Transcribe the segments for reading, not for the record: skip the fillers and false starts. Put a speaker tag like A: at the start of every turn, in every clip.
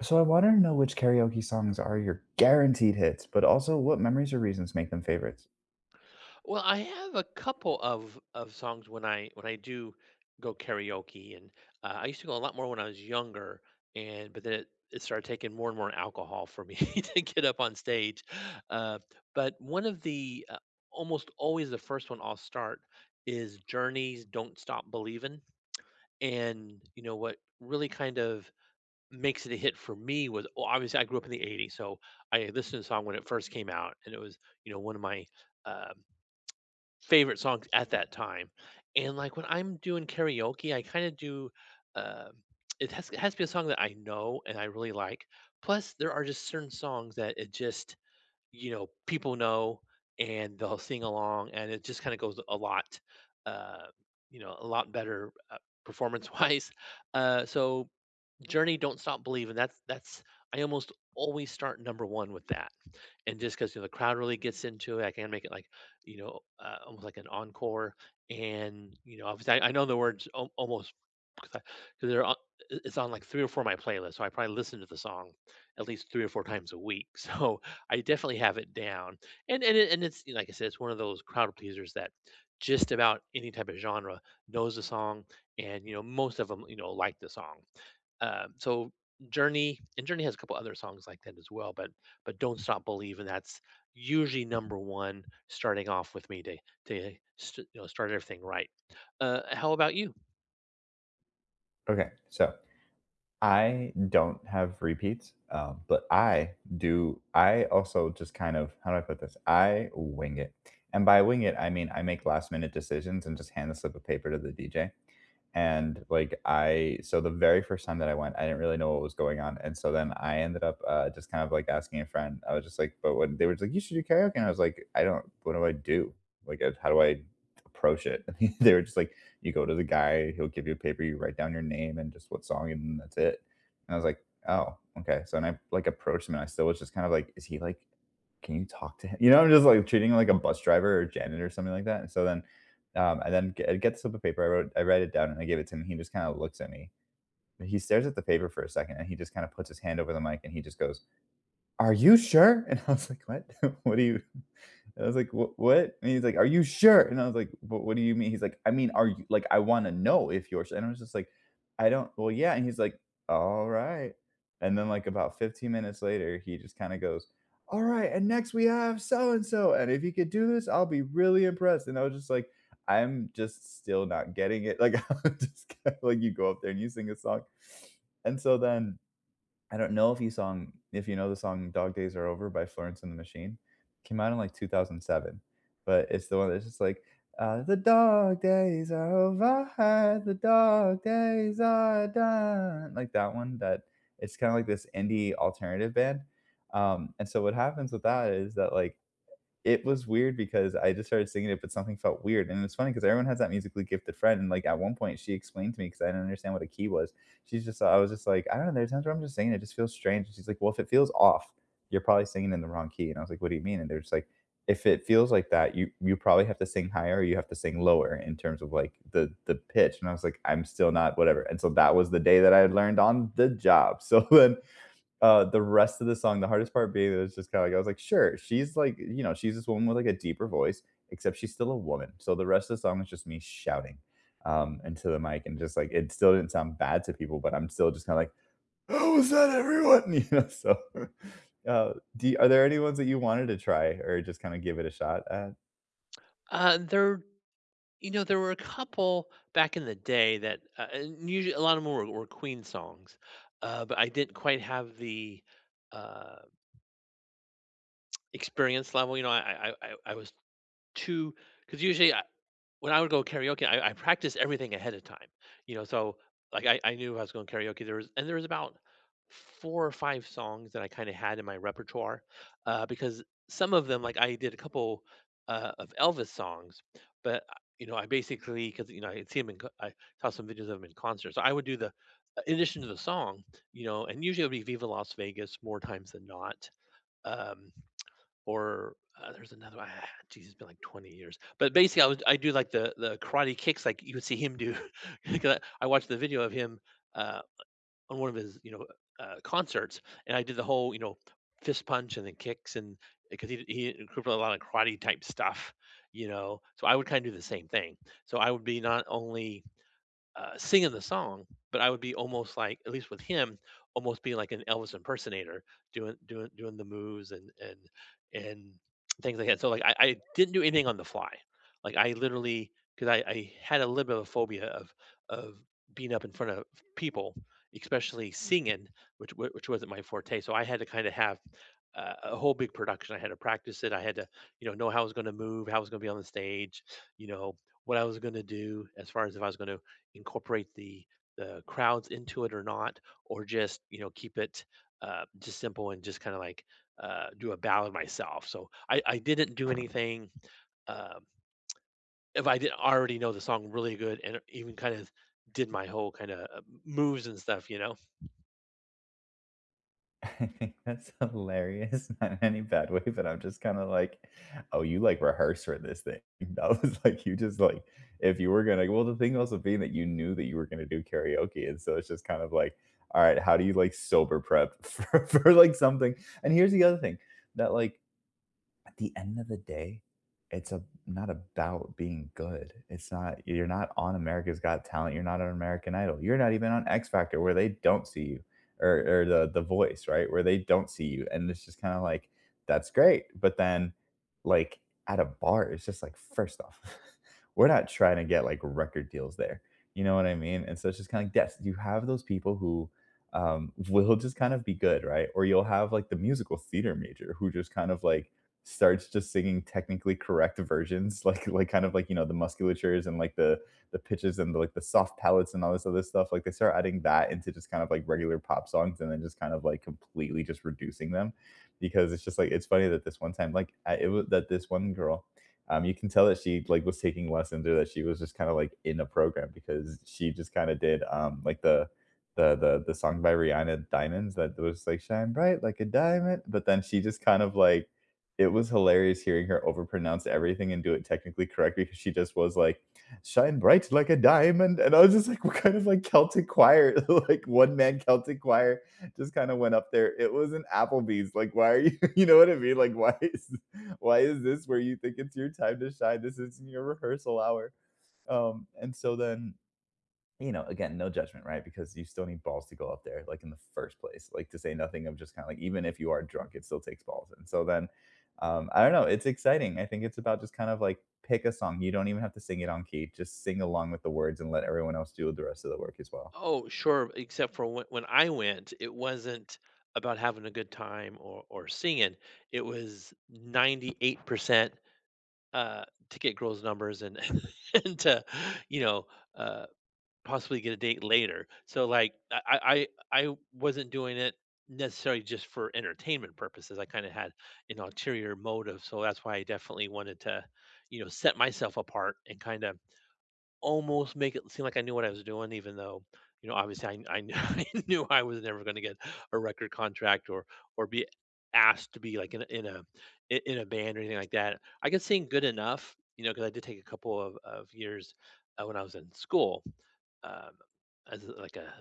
A: So I wanted to know which karaoke songs are your guaranteed hits, but also what memories or reasons make them favorites.
B: Well, I have a couple of songs when I do go karaoke, and I used to go a lot more when I was younger, and but then it started taking more and more alcohol for me to get up on stage. Uh, but one of the almost always the first one I'll start is Journey's "Don't Stop Believin'," and you know what really kind of makes it a hit for me was well, obviously I grew up in the '80s, so I listened to the song when it first came out, and it was you know one of my um, favorite songs at that time. And, like, when I'm doing karaoke, I kinda do, um it has to be a song that I know and I really like. Plus, there are just certain songs that it just, you know, people know and they'll sing along, and it just kinda goes a lot, uh, you know, a lot better, performance-wise. So Journey, Don't Stop Believing. That's I almost always start number 1 with that, and just because you know, the crowd really gets into it, I can make it like, you know, almost like an encore, and, you know, obviously, I know the words al almost. 'Cause 'cause they're on it's on, like, 3 or 4 of my playlists, so I probably listen to the song at least 3 or 4 times a week, so I definitely have it down, and it's you know, like I said, it's one of those crowd pleasers that just about any type of genre knows the song and, you know, most of them you know, like the song. So Journey, and Journey has a couple other songs like that as well, but Don't Stop Believin', that's usually number 1 starting off with me to st you know, start everything right. How about you?
A: Okay, so I don't have repeats, but I do. I also just kind of, how do I put this? I wing it. And by wing it, I mean I make last minute decisions and just hand the slip of paper to the DJ. And like I, so the very first time that I went, I didn't really know what was going on. And so then I ended up just kind of like asking a friend. I was just like, but what they were just like, you should do karaoke. And I was like, I don't, what do I do? Like, how do I approach it? They were just like, you go to the guy, he'll give you a paper, you write down your name and just what song, and that's it. And I was like, oh, okay. So, and I like approached him, and I still was just kind of like, is he like, can you talk to him? You know, I'm just like treating him like a bus driver or janitor or something like that. And so then, I then get, I get this slip of paper, I wrote, I write it down, and I give it to him. He just kind of looks at me. He stares at the paper for a second, and he just kind of puts his hand over the mic, and he just goes, "Are you sure?" And I was like, "What? What do you?" I was like, "What?" And he's like, "Are you sure?" And I was like, "What do you mean?" He's like, "I mean, are you like I want to know if you're sure." And I was just like, "I don't well, yeah." And he's like, "All right." And then like about 15 minutes later, he just kind of goes, "All right, and next we have so and so, and if you could do this, I'll be really impressed." And I was just like, I'm just still not getting it. Like I'm just kinda like you go up there and you sing a song. And so then I don't know if you song if you know the song "Dog Days Are Over" by Florence and the Machine. Came out in like 2007, but it's the one that's just like, "The dog days are over, ah, the dog days are done," like that one. That it's kind of like this indie alternative band. And so what happens with that is that like it was weird because I just started singing it, but something felt weird. And it's funny because everyone has that musically gifted friend. And like at one point, she explained to me because I didn't understand what a key was. She's just, I was just like, I don't know. There's times where I'm just singing, it just feels strange. And she's like, well, if it feels off, you're probably singing in the wrong key. And I was like, what do you mean? And they're just like, if it feels like that, you probably have to sing higher or you have to sing lower in terms of like the pitch. And I was like, I'm still not whatever. And so that was the day that I had learned on the job. So then the rest of the song, the hardest part being that it's just kinda like, I was like, "Sure, she's like you know, she's this woman with, like, a deeper voice, except she's still a woman." So the rest of the song is just me shouting, into the mic and just, like it still didn't sound bad to people, but I'm still just kinda like, "Oh, is that everyone?" You know? So, do are there any ones that you wanted to try or just kinda give it a shot at?
B: They're You know, there were a couple back in the day that, and usually a lot of them were Queen songs, but I didn't quite have the uh, experience level. You know, I was too because usually I, when I would go karaoke, I practiced everything ahead of time, you know, so, like, I knew I was going karaoke, there was about 4 or 5 songs that I kinda had in my repertoire, because some of them like, I did a couple, of Elvis songs, but, you know, I basically, because you know, I had seen him in co I saw some videos of him in concert, so I would do the in addition to the song, you know, and usually it would be Viva Las Vegas more times than not, um or there's another one. Ah, geez, it's been like 20 years. But basically, I do like the karate kicks like you would see him do. 'Cause I watched the video of him uh, on one of his you know concerts, and I did the whole you know fist punch and then kicks and because he incorporated a lot of karate type stuff, you know. So I would kind of do the same thing. So I would be not only singing the song, but I would be almost like, at least with him, almost being like an Elvis impersonator, doing the moves and and things like that. So like I didn't do anything on the fly. Like I literally because I had a little bit of a phobia of being up in front of people, especially singing, which which wasn't my forte. So I had to kind of have a whole big production. I had to practice it. I had to, you know how I was going to move, how I was going to be on the stage, you know, what I was going to do as far as if I was going to incorporate the crowds into it or not, or just you know keep it just simple and just kind of like do a ballad myself. So I didn't do anything. Um, if I didn't already know the song really good and even kind of did my whole kind of moves and stuff, you know.
A: I think that's hilarious, not in any bad way, but I'm just kinda like, "Oh, you, like, rehearse for this thing." That was like, you just, like if you were gonna well, the thing also being that you knew that you were gonna do karaoke, and so it's just kind of like, "Alright, how do you, like, sober prep for like, something?" And here's the other thing, that, like at the end of the day, it's a, not about being good. It's not, you're not on America's Got Talent. You're not on American Idol. You're not even on X Factor where they don't see you or the voice, right? Where they don't see you. And it's just kind of like, that's great. But then, like, at a bar, it's just like, first off, we're not trying to get like record deals there. You know what I mean? And so it's just kind of, like, yes, you have those people who, will just kind of be good, right? Or you'll have like the musical theater major who just kind of like starts just singing technically correct versions, like kind of like you know the musculatures and like the pitches and the, like the soft palates and all this other stuff. Like they start adding that into just kind of like regular pop songs, and then just kind of like completely just reducing them, because it's just like it's funny that this one time, like I, it was that this one girl. You can tell that she like was taking lessons or that she was just kind of like in a program because she just kind of did like the the song by Rihanna Diamonds that was like shine bright like a diamond but then she just kind of like it was hilarious hearing her overpronounce everything and do it technically correct because she just was like, "Shine bright like a diamond," and I was just like, "What kind of like Celtic choir, like one man Celtic choir, just kind of went up there." It was an Applebee's. Like, why are you? You know what I mean? Like, why is this where you think it's your time to shine? This isn't your rehearsal hour. And so then you know, again, no judgment, right? Because you still need balls to go up there, like in the first place, like to say nothing of just kind of like, even if you are drunk, it still takes balls. And so then, I don't know, it's exciting. I think it's about just kind of like pick a song. You don't even have to sing it on key, just sing along with the words and let everyone else do the rest of the work as well.
B: Oh, sure, except for when I went, it wasn't about having a good time or singing. It was 98% to get girls' numbers and and to, you know, uh possibly get a date later. So like I wasn't doing it necessarily just for entertainment purposes. I kind of had an ulterior motive, so that's why I definitely wanted to, you know, set myself apart and kind of almost make it seem like I knew what I was doing, even though, you know, obviously I knew I was never going to get a record contract or be asked to be like in a in a band or anything like that. I could sing good enough, you know, because I did take a couple of years when I was in school. Uh, as a like a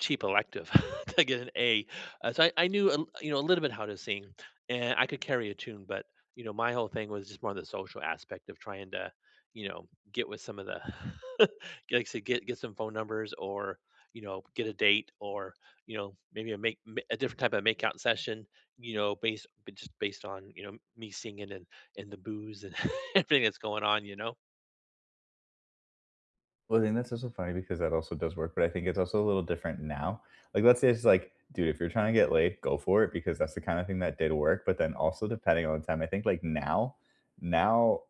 B: cheap elective to get an A. So I knew a l you know, a little bit how to sing, and I could carry a tune, but, you know, my whole thing was just more the social aspect of trying to, you know, get with some of the like I said, get some phone numbers or, you know, get a date or, you know, maybe a different type of makeout session, you know, based b just based on, you know, me singing and the booze and everything that's going on, you know?
A: Well, I think that's also funny because that also does work, but I think it's also a little different now. Like, let's say it's like, dude, if you're trying to get laid, go for it because that's the kind of thing that did work. But then also, depending on the time, I think like now, now,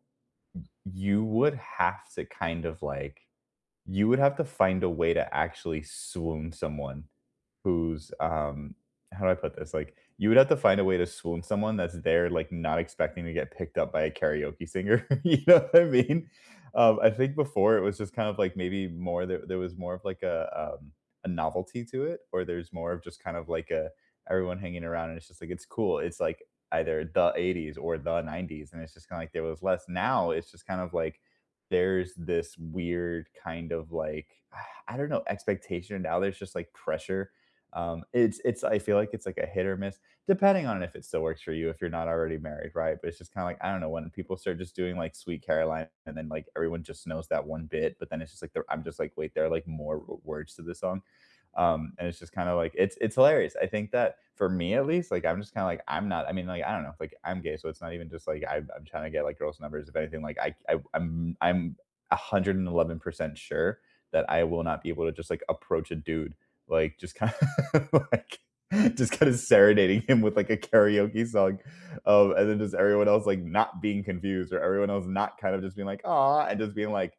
A: you would have to kind of like you would have to find a way to actually swoon someone who's, how do I put this? Like, you would have to find a way to swoon someone that's there, like, not expecting to get picked up by a karaoke singer, you know what I mean? I think before it was just kind of, like, maybe more there was more of, like, a novelty to it, or there's more of just kind of, like, a everyone hanging around, and it's just, like, it's cool. It's, like, either the '80s or the '90s, and it's just kinda, like, there was less. Now, it's just kind of, like, there's this weird kind of like I don't know expectation now there's just like pressure. It's I feel like it's like a hit or miss depending on if it still works for you if you're not already married, right? But it's just kind of like I don't know when people start just doing like Sweet Caroline and then like everyone just knows that one bit, but then it's just like they're- I'm just like wait there are like more words to the song and it's just kind of like it's hilarious. I think that for me at least, like I'm just kind of like I'm not. I mean, like I don't know, like I'm gay, so it's not even just like I'm trying to get like girls' numbers. If anything, like I'm 111% sure that I will not be able to just like approach a dude like just kind of like just kind of serenading him with like a karaoke song and then just everyone else like not being confused or everyone else not kind of just being like ah and just being like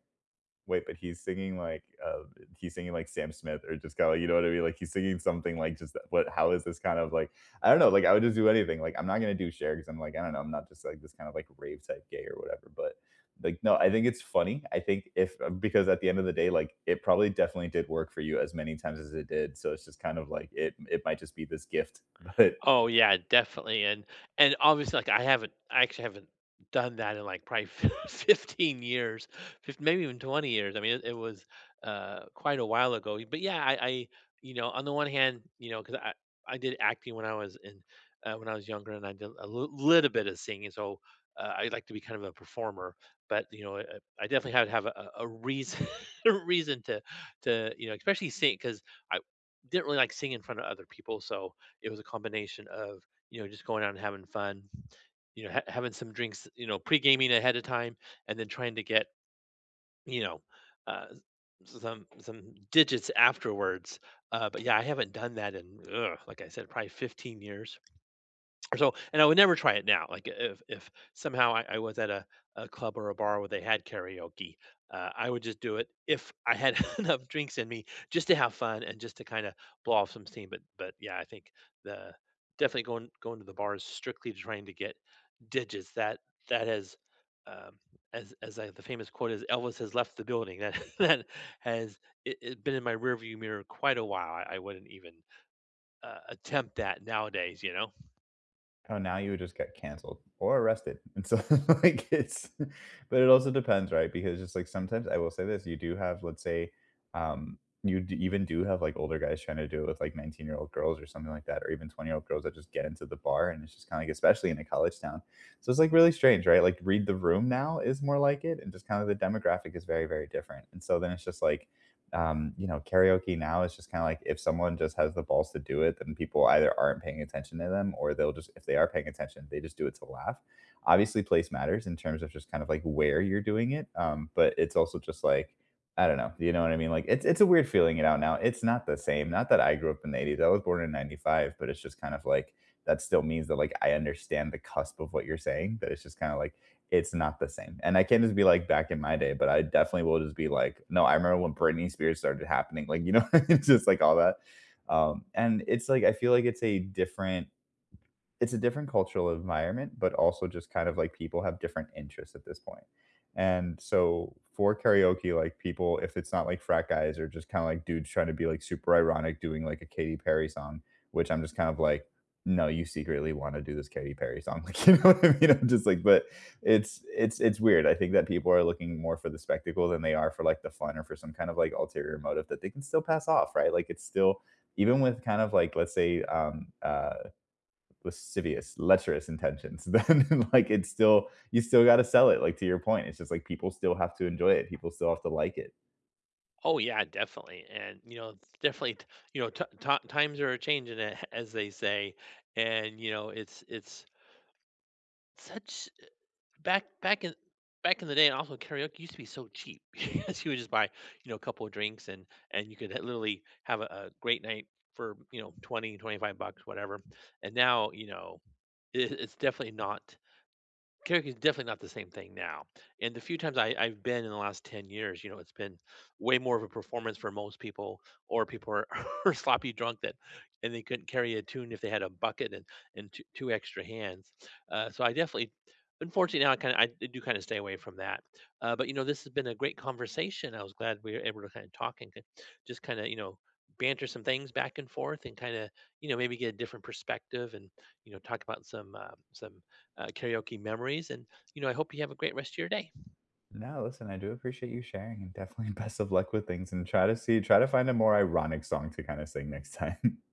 A: wait, but he's singing like Sam Smith or just kinda, you know what I mean? Like he's singing something like just what, how is this kind of like? I don't know, like I would just do anything. Like I'm not gonna do Cher because 'cause I'm like, I don't know, I'm not just like this kind of like rave type gay or whatever, but like no, I think it's funny. I think if because at the end of the day, like it probably definitely did work for you as many times as it did. So it's just kind of like it might just be this gift, but
B: Oh yeah, definitely, and obviously, like I actually haven't done that in like probably 15 years, maybe even 20 years. I mean, it was quite a while ago. But yeah, you know, on the one hand, you know, because I did acting when I was in when I was younger, and I did a little bit of singing, so. I like to be kind of a performer, but you know, I definitely have to have a reason, a reason to you know, especially sing because I didn't really like singing in front of other people. So it was a combination of, you know, just going out and having fun, you know, having some drinks, you know, pre-gaming ahead of time and then trying to get, you know, uh, some digits afterwards. But yeah, I haven't done that in like I said, probably 15 years. So, and I would never try it now. Like if somehow I was at a club or a bar where they had karaoke, I would just do it if I had enough drinks in me just to have fun and just to kind of blow off some steam. But yeah, I think the definitely going to the bars strictly to trying to get digits. That has um, the famous quote is Elvis has left the building. That that has it been in my rearview mirror quite a while. I wouldn't even attempt that nowadays. You know.
A: oh, now you would just get canceled or arrested. And so like it's but it also depends, right? Because just like sometimes I will say this, you do have, let's say, um, you even do have like older guys trying to do it with like 19-year-old girls or something like that, or even 20-year-old girls that just get into the bar. And it's just kind of like, especially in a college town. So it's like really strange, right? Like read the room now is more like it. And just kind of the demographic is very, very different. And so then it's just like, you know, karaoke now is just kind of like if someone just has the balls to do it, then people either aren't paying attention to them or they'll just, if they are paying attention, they just do it to laugh. Obviously, place matters in terms of just kind of like where you're doing it. But it's also just like, I don't know. You know what I mean? Like it's a weird feeling it out now. It's not the same. Not that I grew up in the 80s. I was born in 95, but it's just kind of like that still means that like I understand the cusp of what you're saying, but it's just kind of like it's not the same. And I can't just be like back in my day, but I definitely will just be like, no, I remember when Britney Spears started happening, like, you know, it's just like all that. And it's like, I feel like it's a different cultural environment, but also just kind of like people have different interests at this point. And so for karaoke, like people, if it's not like frat guys or just kind of like dudes trying to be like super ironic doing like a Katy Perry song, which I'm just kind of like, no, you secretly want to do this Katy Perry song. Like, you know what I mean? I'm just like, but it's weird. I think that people are looking more for the spectacle than they are for like the fun or for some kind of like ulterior motive that they can still pass off, right? Like it's still even with kind of like let's say lascivious, lecherous intentions, then like it's still you still got to sell it. Like to your point, it's just like people still have to enjoy it. People still have to like it.
B: Oh yeah, definitely, and you know, definitely, you know, t- ti times are changing, as they say, and you know, it's such back back in back in the day, and also karaoke used to be so cheap because you would just buy, you know, a couple of drinks and you could literally have a great night for you know 20, 25 bucks whatever. And now you know it's definitely not. Karaoke is definitely not the same thing now. And the few times I've been in the last 10 years, you know, it's been way more of a performance for most people, or people are, are sloppy drunk that, and they couldn't carry a tune if they had a bucket and two extra hands. So I definitely, unfortunately, now I do kind of stay away from that. But, you know, this has been a great conversation. I was glad we were able to kind of talk and just kind of, you know, banter some things back and forth and kind of you know maybe get a different perspective and you know talk about some karaoke memories. And, you know, I hope you have a great rest of your day.
A: No, listen, I do appreciate you sharing, and definitely best of luck with things. And try to find a more ironic song to kind of sing next time.